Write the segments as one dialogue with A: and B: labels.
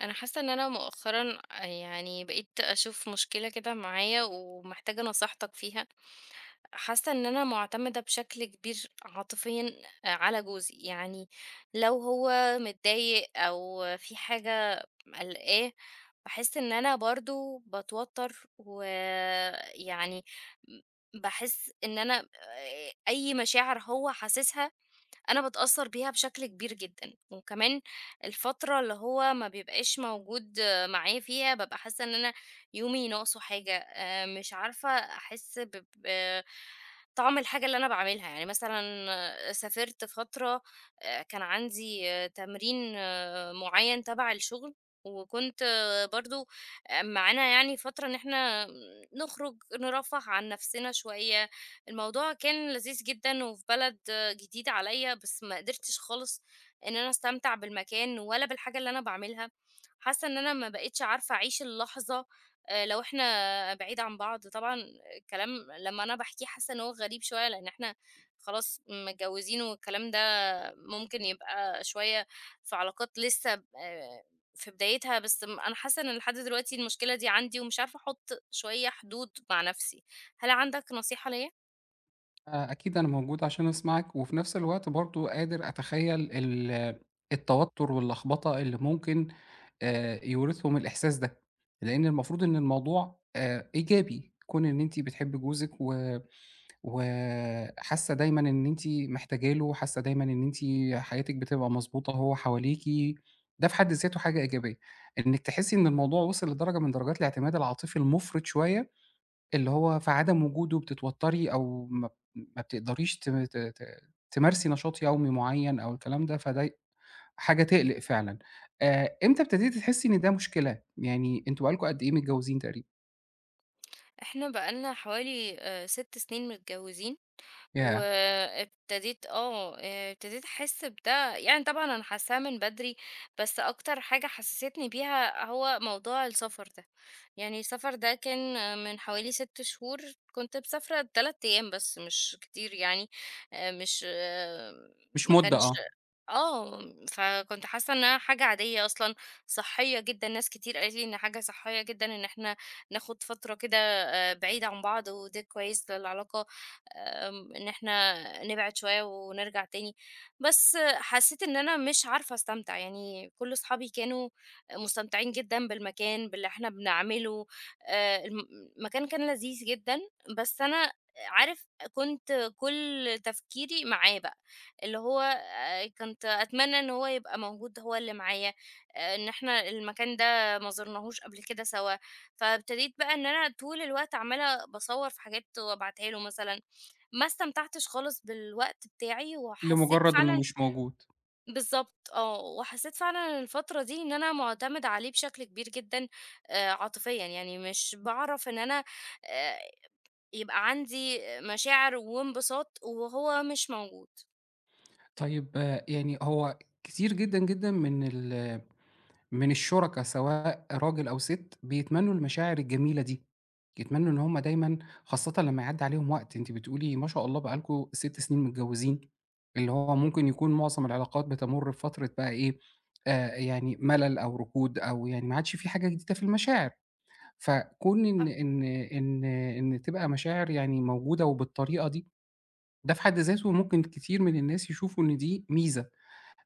A: انا حاسه ان انا مؤخرا يعني بقيت اشوف مشكله كده معايا ومحتاجه نصيحتك فيها. حاسه ان انا معتمده بشكل كبير عاطفيا على جوزي يعني لو هو متضايق او في حاجه قلقاه، بحس ان انا برضو بتوتر ويعني بحس ان انا اي مشاعر هو حاسسها، أنا باتأثّر بيها بشكل كبير جدًا، وكمان الفترة اللي هو ما بيبقاش موجود معايا فيها بابقى حاسّة إن أنا يومي ناقصه حاجة، مش عارفة أحس ب طعم الحاجة اللي أنا باعملها، يعني مثلًا سافرت فترة كان عندي تمرين معيّن تبع الشغل، وكنت برضه معانا يعني فترة إن إحنا نخرج، نرفّه عن نفسنا شوية. الموضوع كان لذيذ جدًا وفي بلد جديدة عليّا، بس ما قدرتش خالص إن أنا أستمتع بالمكان ولا بالحاجة اللي أنا باعملها. حاسة إن أنا ما بقيتش عارفة أعيش اللحظة لو إحنا بعيد عن بعض، طبعًا الكلام لمّا أنا باحكيه حاسة إن هو غريب شوية، لإن إحنا خلاص متجوزين والكلام ده ممكن يبقى شوية في علاقات لسه ب في بدايتها، بس أنا حاسة إن لحد دلوقتي المشكلة دي عندي ومش عارفة أحط شوية حدود مع نفسي. هل عندك نصيحة ليّا؟
B: أكيد أنا موجود عشان أسمعك، وفي نفس الوقت برضه قادر أتخيّل التوتر واللخبطة اللي ممكن يورثهم الإحساس ده، لإن المفروض إن الموضوع إيجابي، كون إن أنتِ بتحبّي جوزِك وحاسة دايمًا إن أنتِ محتاجة له، حاسة دايمًا إن أنتِ حياتِك بتبقى مضبوطة وهو حواليكِ، ده في حد ذاته حاجة إيجابية. إنِّك تحسّي إن الموضوع وصل لدرجة من درجات الاعتماد العاطفي المُفرط شوية، اللي هو في عدم وجوده بتتوتّري أو ما بتقدريش ت ت ت تمارسي نشاط يومي معيّن أو الكلام ده، فده حاجة تقلق فعلًا. إمتى ابتديتِ تحسّي إن ده مشكلة؟ يعني أنتم بقى لكم قد إيه متجوزين تقريبًا؟
A: إحنا بقالنا حوالي 6 سنين متجوزين،
B: ياه!
A: وابتديت آه، ابتديت أحس بده، يعني طبعًا أنا حاسّاه من بدري، بس أكتر حاجة حسّستني بيها هو موضوع السفر ده. يعني السفر ده كان من حوالي 6 شهور، كنت مسافرة 3 أيام بس مش كتير يعني، مش
B: مش
A: ما
B: مدة،
A: كانش
B: آه.
A: آه، فكنت حاسّة إنها حاجة عادية أصلًا، صحّية جدًا، ناس كتير قالت لي إن حاجة صحّية جدًا إن إحنا ناخد فترة كده بعيد عن بعض، وده كويس للعلاقة، إن إحنا نبعد شوية ونرجع تاني، بس حسيت إن أنا مش عارفة أستمتع، يعني كل أصحابي كانوا مستمتعين جدًا بالمكان، باللي إحنا بنعمله، آآ، الم المكان كان لذيذ جدًا، بس أنا عارف كنت كل تفكيري معاه بقى، اللي هو كنت أتمنى إن هو يبقى موجود هو اللي معايا، إن إحنا المكان ده ما زرناهوش قبل كده سوا، فابتديت بقى إن أنا طول الوقت عمّالة باصور في حاجات وأبعتها له مثلًا، ما استمتعتش خالص بالوقت بتاعي، وحسيت
B: لمجرّد إنه
A: فعلًا.
B: مش موجود.
A: بالضبط، آه، وحسيت فعلًا الفترة دي إن أنا مُعتمدة عليه بشكل كبير جدًا عاطفيًا، يعني مش باعرف إن أنا آآ يبقى عندي مشاعر وانبساط وهو مش موجود.
B: طيب، آه، يعني هو كتير جدًا، جدًا من من الشركا، سواء راجل أو ست، بيتمنّوا المشاعر الجميلة دي، يتمنّوا إن هُم دايمًا، خاصةً لمّا يعدّي عليهم وقت. أنتِ بتقولي ما شاء الله بقى لكم 6 سنين متجوّزين، اللي هو ممكن يكون معظم العلاقات بتمُر بفترة بقى إيه، يعني ملل أو ركود أو يعني ما عادش في حاجة جديدة في المشاعر. فكون إن تبقى مشاعر يعني موجودة وبالطريقة دي، ده في حد ذاته ممكن كتير من الناس يشوفوا إن دي ميزة.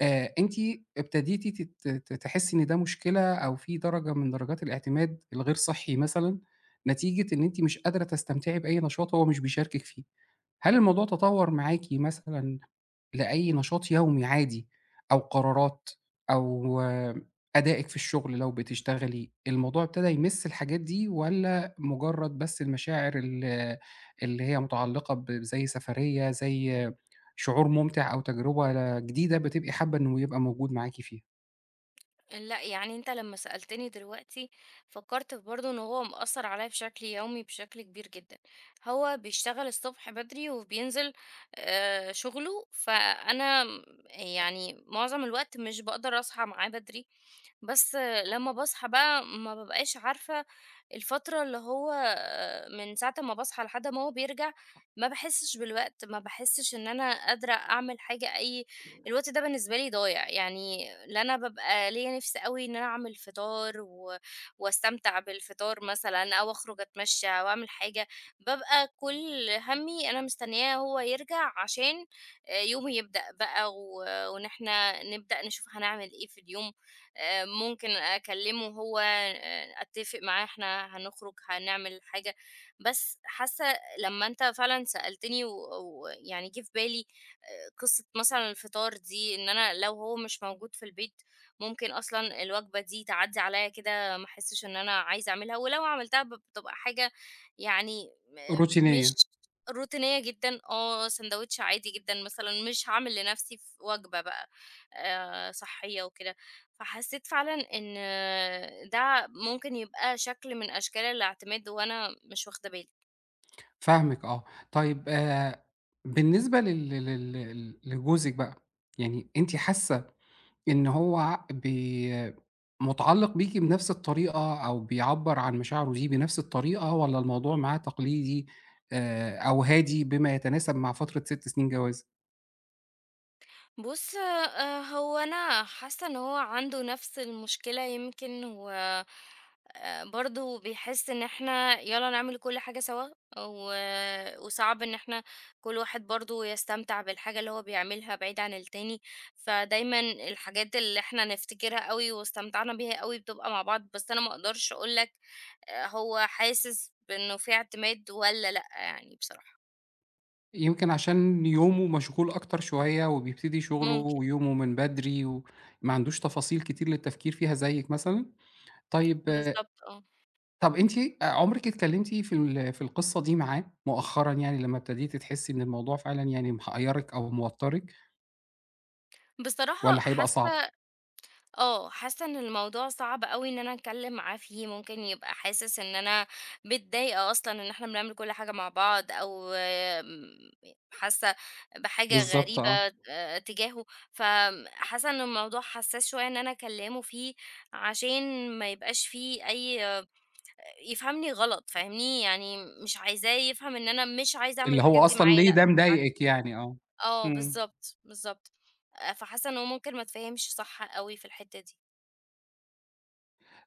B: أنتِ ابتديتِ تت ت تحسّي إن ده مشكلة أو في درجة من درجات الاعتماد الغير صحّي مثلًا، نتيجة إن أنتِ مش قادرة تستمتعي بأي نشاط هو مش بيشاركِك فيه. هل الموضوع تطوّر معاكِ مثلًا لأي نشاط يومي عادي أو قرارات أو آه، أدائِك في الشغل لو بتشتغلي؟ الموضوع ابتدى يمِس الحاجات دي، والّا مجرّد بس المشاعر اللي هي متعلقة زي سفرية، زي شعور مُمتِع أو تجربة جديدة، بتبقي حابة إنه يبقى موجود معاكِ فيها؟
A: لأ، يعني أنت لمّا سألتني دلوقتي فكّرت في برضه إن هو مأثّر عليَّ بشكل يومي بشكل كبير جدًا، هو بيشتغل الصبح بدري وبينزل شغله، فأنا م يعني معظم الوقت مش باقدر أصحى معاه بدري، بس لمّا باصحى بقى ما بابقاش عارفة الفترة اللي هو من ساعة أمّا باصحى لحد ما هو بيرجع، ما باحسّش بالوقت، ما باحسّش إن أنا قادرة أعمل حاجة أي الوقت ده بالنسبة لي ضايع، يعني لا أنا بابقى ليّا نِفْس أوي إن أنا أعمل فطار واستمتع بالفطار مثلًا أو أخرج أتمشّى أو أعمل حاجة، بابقى كل هَمّي أنا مستنياه هو يرجع عشان يومي يبدأ بقى وإن إحنا نبدأ نشوف هنعمل إيه في اليوم، ممكن أكلّمه هو أتّفق معاه إحنا هنخرج، هنعمل حاجة، بس حاسّة لمّا أنت فعلًا سألتني ويعني جِه في بالي قصة مثلًا الفطار دي، إن أنا لو هو مش موجود في البيت، ممكن أصلًا الوجبة دي تعدّي عليّا كده ما أحسّش إن أنا عايزة أعملها، ولو عملتها بتبقى حاجة يعني مش
B: روتينية،
A: روتينية جدًا، آه ساندوتش عادي جدًا مثلًا، مش هاعمل لنَفْسي ف وجبة بقى صحّية وكده. فحسّيت فعلًا إن ده ممكن يبقى شكل من أشكال الاعتماد وأنا مش واخدة بالي.
B: فاهمِك، آه. طيب، بالنسبة لل لل لل لجوزِك بقى، يعني أنتِ حاسة إن هو مُتعلّق بيكِ بنفس الطريقة، أو بيعبّر عن مشاعره دي بنفس الطريقة، والّا الموضوع معاه تقليدي أو هادي بما يتناسب مع فترة 6 سنين جواز؟
A: بُص هو أنا حاسة إن هو عنده نفس المشكلة، يمكن هو برضه بيحس إن إحنا يالّا نعمل كل حاجة سوا، و وصعب إن إحنا كل واحد برضه يستمتع بالحاجة اللي هو بيعملها بعيد عن التاني، فدايمًا الحاجات اللي إحنا نفتكرها أوي واستمتعنا بيها أوي بتبقى مع بعض، بس أنا ما أقدرش أقول لك هو حاسس بإنه في اعتماد والّا لأ يعني بصراحة.
B: يمكن عشان يومه مشغول أكتر شوية وبيبتدي شغله
A: ممكن،
B: ويومه من بدري، وما عندوش تفاصيل كتير للتفكير فيها زيِّك مثلًا. طيب، آه.
A: بالضبط آه.
B: طَب أنتِ عُمرِك اتكلمتِ في القصة دي معاه مؤخرًا، يعني لمّا ابتديتِ تحسّي إن الموضوع فعلًا يعني محيّرِك أو موتّرِك، والّا
A: بصراحة
B: هيبقى صعب؟
A: حاسة إن الموضوع صعب أوي إن أنا أتكلم معاه فيه، ممكن يبقى حاسس إن أنا متضايقة أصلًا إن إحنا بنعمل كل حاجة مع بعض، أو حاسة بحاجة
B: بالضبط،
A: غريبة
B: آه.
A: تجاهه، فحاسة إن الموضوع حساس شوية إن أنا أكلمه فيه، عشان ما يبقاش في أي يفهمني غلط، فاهمني؟ يعني مش عايزاه يفهم إن أنا مش عايزة أعمل
B: اللي
A: الحاجات
B: هو
A: دي
B: أصلًا
A: معاه،
B: ليه
A: لأ
B: ده
A: بالعكس،
B: مضايقِك، يعني آه.
A: آه،
B: إمم.
A: بالضبط، بالضبط، فحاسة إن هو ممكن ما اتفهمش صح أوي في الحتة دي.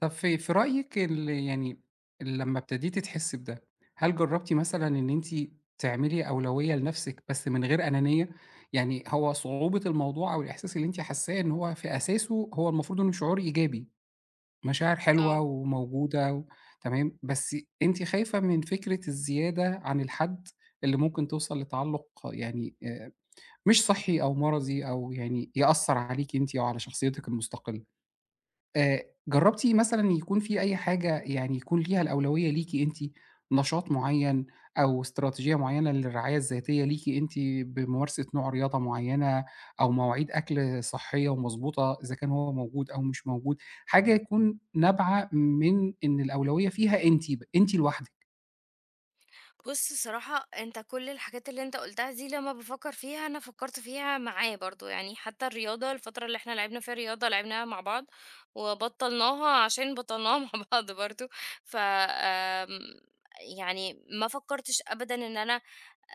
B: طب في رأيِك يعني لمّا ابتديتِ تحسّي بده، هل جرّبتِ مثلًا إن أنتِ تعملي أولوية لنفسِك بس من غير أنانية؟ يعني هو صعوبة الموضوع، أو الإحساس اللي أنتِ حاسّاه، إن هو في أساسه هو المفروض إنه شعور إيجابي، مشاعر حلوة
A: آه.
B: وموجودة تمام، بس أنتِ خايفة من فكرة الزيادة عن الحد، اللي ممكن توصل لتعلُّق يعني مش صحّي أو مرضي، أو يعني يأثّر عليكِ أنتِ أو على شخصيتِك المستقلة. جرّبتِ مثلًا يكون في أي حاجة يعني يكون ليها الأولوية ليكِ أنتِ، نشاط معيّن، أو استراتيجية معيّنة للرعاية الذاتية ليكِ أنتِ، بممارسة نوع رياضة معيّنة، أو مواعيد أكل صحّية ومضبوطة إذا كان هو موجود أو مش موجود، حاجة يكون نابعة من إن الأولوية فيها أنتِ، أنتِ لوحدِك.
A: بُص صراحة أنت كل الحاجات اللي أنت قُلتها دي لمّا بافكّر فيها، أنا فكّرت فيها معاه برضه، يعني حتى الرياضة الفترة اللي إحنا لعبنا فيها رياضة لعبناها مع بعض، وبطّلناها عشان بطّلناها مع بعض برضه، ف آمم يعني ما فكّرتش أبدًا إن أنا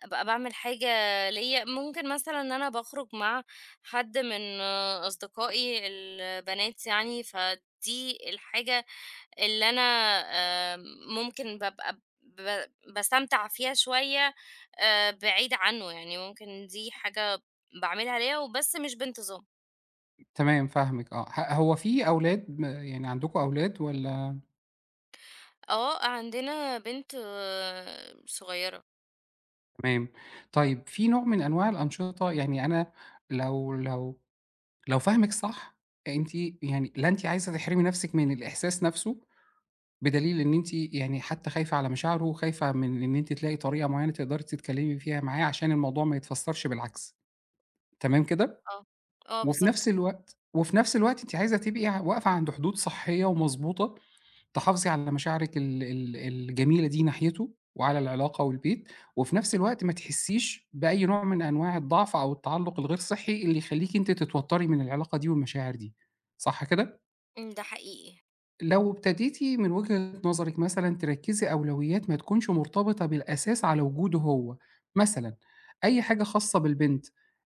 A: أبقى باعمل حاجة ليّا، ممكن مثلًا إن أنا باخرج مع حد من أصدقائي البنات يعني، فدي الحاجة اللي أنا آآ ممكن بابقى ب ب باستمتع فيها شوية بعيد عنه، يعني ممكن دي حاجة باعملها ليا وبس مش بانتظام.
B: تمام، فاهمِك، آه. هو في أولاد يعني عندكم أولاد والّا؟
A: آه، عندنا بنت صغيرة.
B: تمام. طيب، في نوع من أنواع الأنشطة، يعني أنا لو لو لو فاهمِك صح، أنتِ يعني لا أنتِ عايزة تحرمي نفسِك من الإحساس نفسه، بدليل إن أنتِ يعني حتى خايفة على مشاعره، وخايفة من إن أنتِ تلاقي طريقة معينة تقدري تتكلمي فيها معاه عشان الموضوع ما يتفسرش بالعكس، تمام كده؟
A: آه، آه
B: وفي نفس
A: بالضبط.
B: الوقت وفي نفس الوقت أنتِ عايزة تبقي واقفة عند حدود صحية ومضبوطة، تحافظي على مشاعرِك ال ال الجميلة دي ناحيته وعلى العلاقة والبيت، وفي نفس الوقت ما تحسّيش بأي نوع من أنواع الضعف أو التعلُّق الغير صحّي اللي يخلّيكِ أنتِ تتوتّري من العلاقة دي والمشاعر دي، صح كده؟
A: إمم، ده حقيقي.
B: لو ابتديتِ من وجهة نظرِك مثلًا تركّزي أولويات ما تكونش مرتبطة بالأساس على وجوده هو، مثلًا أي حاجة خاصة بالبنت،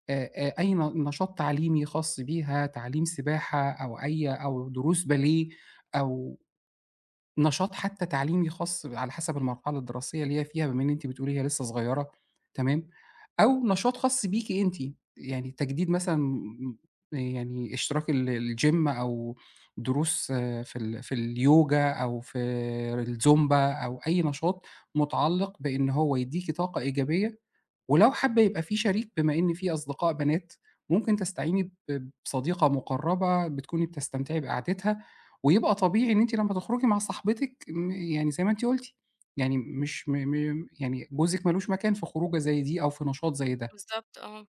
B: أي نشاط تعليمي خاص بيها، تعليم سباحة أو أو دروس باليه، أو نشاط حتى تعليمي خاص على حسب المرحلة الدراسية اللي هي فيها، بما إن أنتِ بتقولي هي لسه صغيرة، تمام، أو نشاط خاص بيكِ أنتِ، يعني تجديد مثلًا يعني اشتراك الgym، أو دروس في اليوجا، أو في الزومبا، أو أي نشاط متعلق بإن هو يدّيكِ طاقة إيجابية. ولو حابة يبقى في شريك، بما إن في أصدقاء بنات، ممكن تستعيني بصديقة مقربة بتكوني بتستمتعي بقعدتها، ويبقى طبيعي إن أنتِ لمّا تخرجي مع صاحبتِك، يعني زي ما أنتِ قُلتِ، يعني مش م م يعني جوزِك ما لوش مكان في خروجة زي دي أو في نشاط زي ده.
A: بالضبط، آه.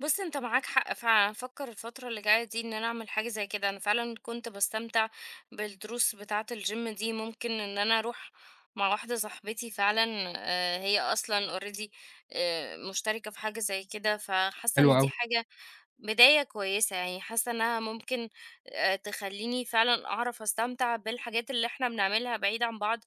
A: بُص أنت معاك حق فعلًا، هافكر الفترة اللي جاية دي إن أنا أعمل حاجة زي كده، أنا فعلًا كنت باستمتع بالدروس بتاعة الgym دي، ممكن إن أنا أروح مع واحدة صاحبتي فعلًا، هي أصلًا already مشتركة في حاجة زي كده، فحاسة
B: حلو
A: إن دي
B: أوي.
A: حاجة بداية كويسة يعني، حاسة إنها ممكن تخليني فعلًا أعرف أستمتع بالحاجات اللي إحنا بنعملها بعيد عن بعض،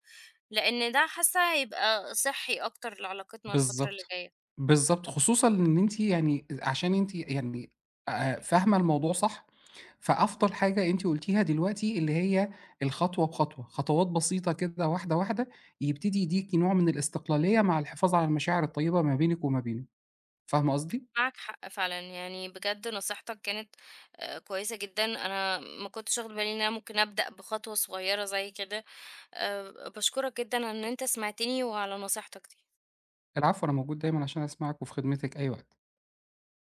A: لأن ده حاسة هيبقى صحي أكتر لعلاقتنا الفترة اللي
B: بالضبط،
A: جاية.
B: بالضبط، خصوصًا إن أنتِ، يعني عشان أنتِ يعني فاهمة الموضوع صح. فأفضل حاجة أنتِ قُلتيها دلوقتي، اللي هي الخطوة بخطوة، خطوات بسيطة كده، واحدة، واحدة، يبتدي يديكِ نوع من الاستقلالية مع الحفاظ على المشاعر الطيبة ما بينِك وما بينه، فاهمة قصدي؟
A: معاك حق فعلًا، يعني بجد نصيحتك كانت كويسة جدًا، أنا ما كنتش واخدة بالي إن أنا ممكن أبدأ بخطوة صغيرة زي كده، باشكرك جدًا على إن أنت سمعتني وعلى نصيحتك دي.
B: العفو، أنا موجود دايمًا عشان أسمعِك وفي خدمتِك أي وقت.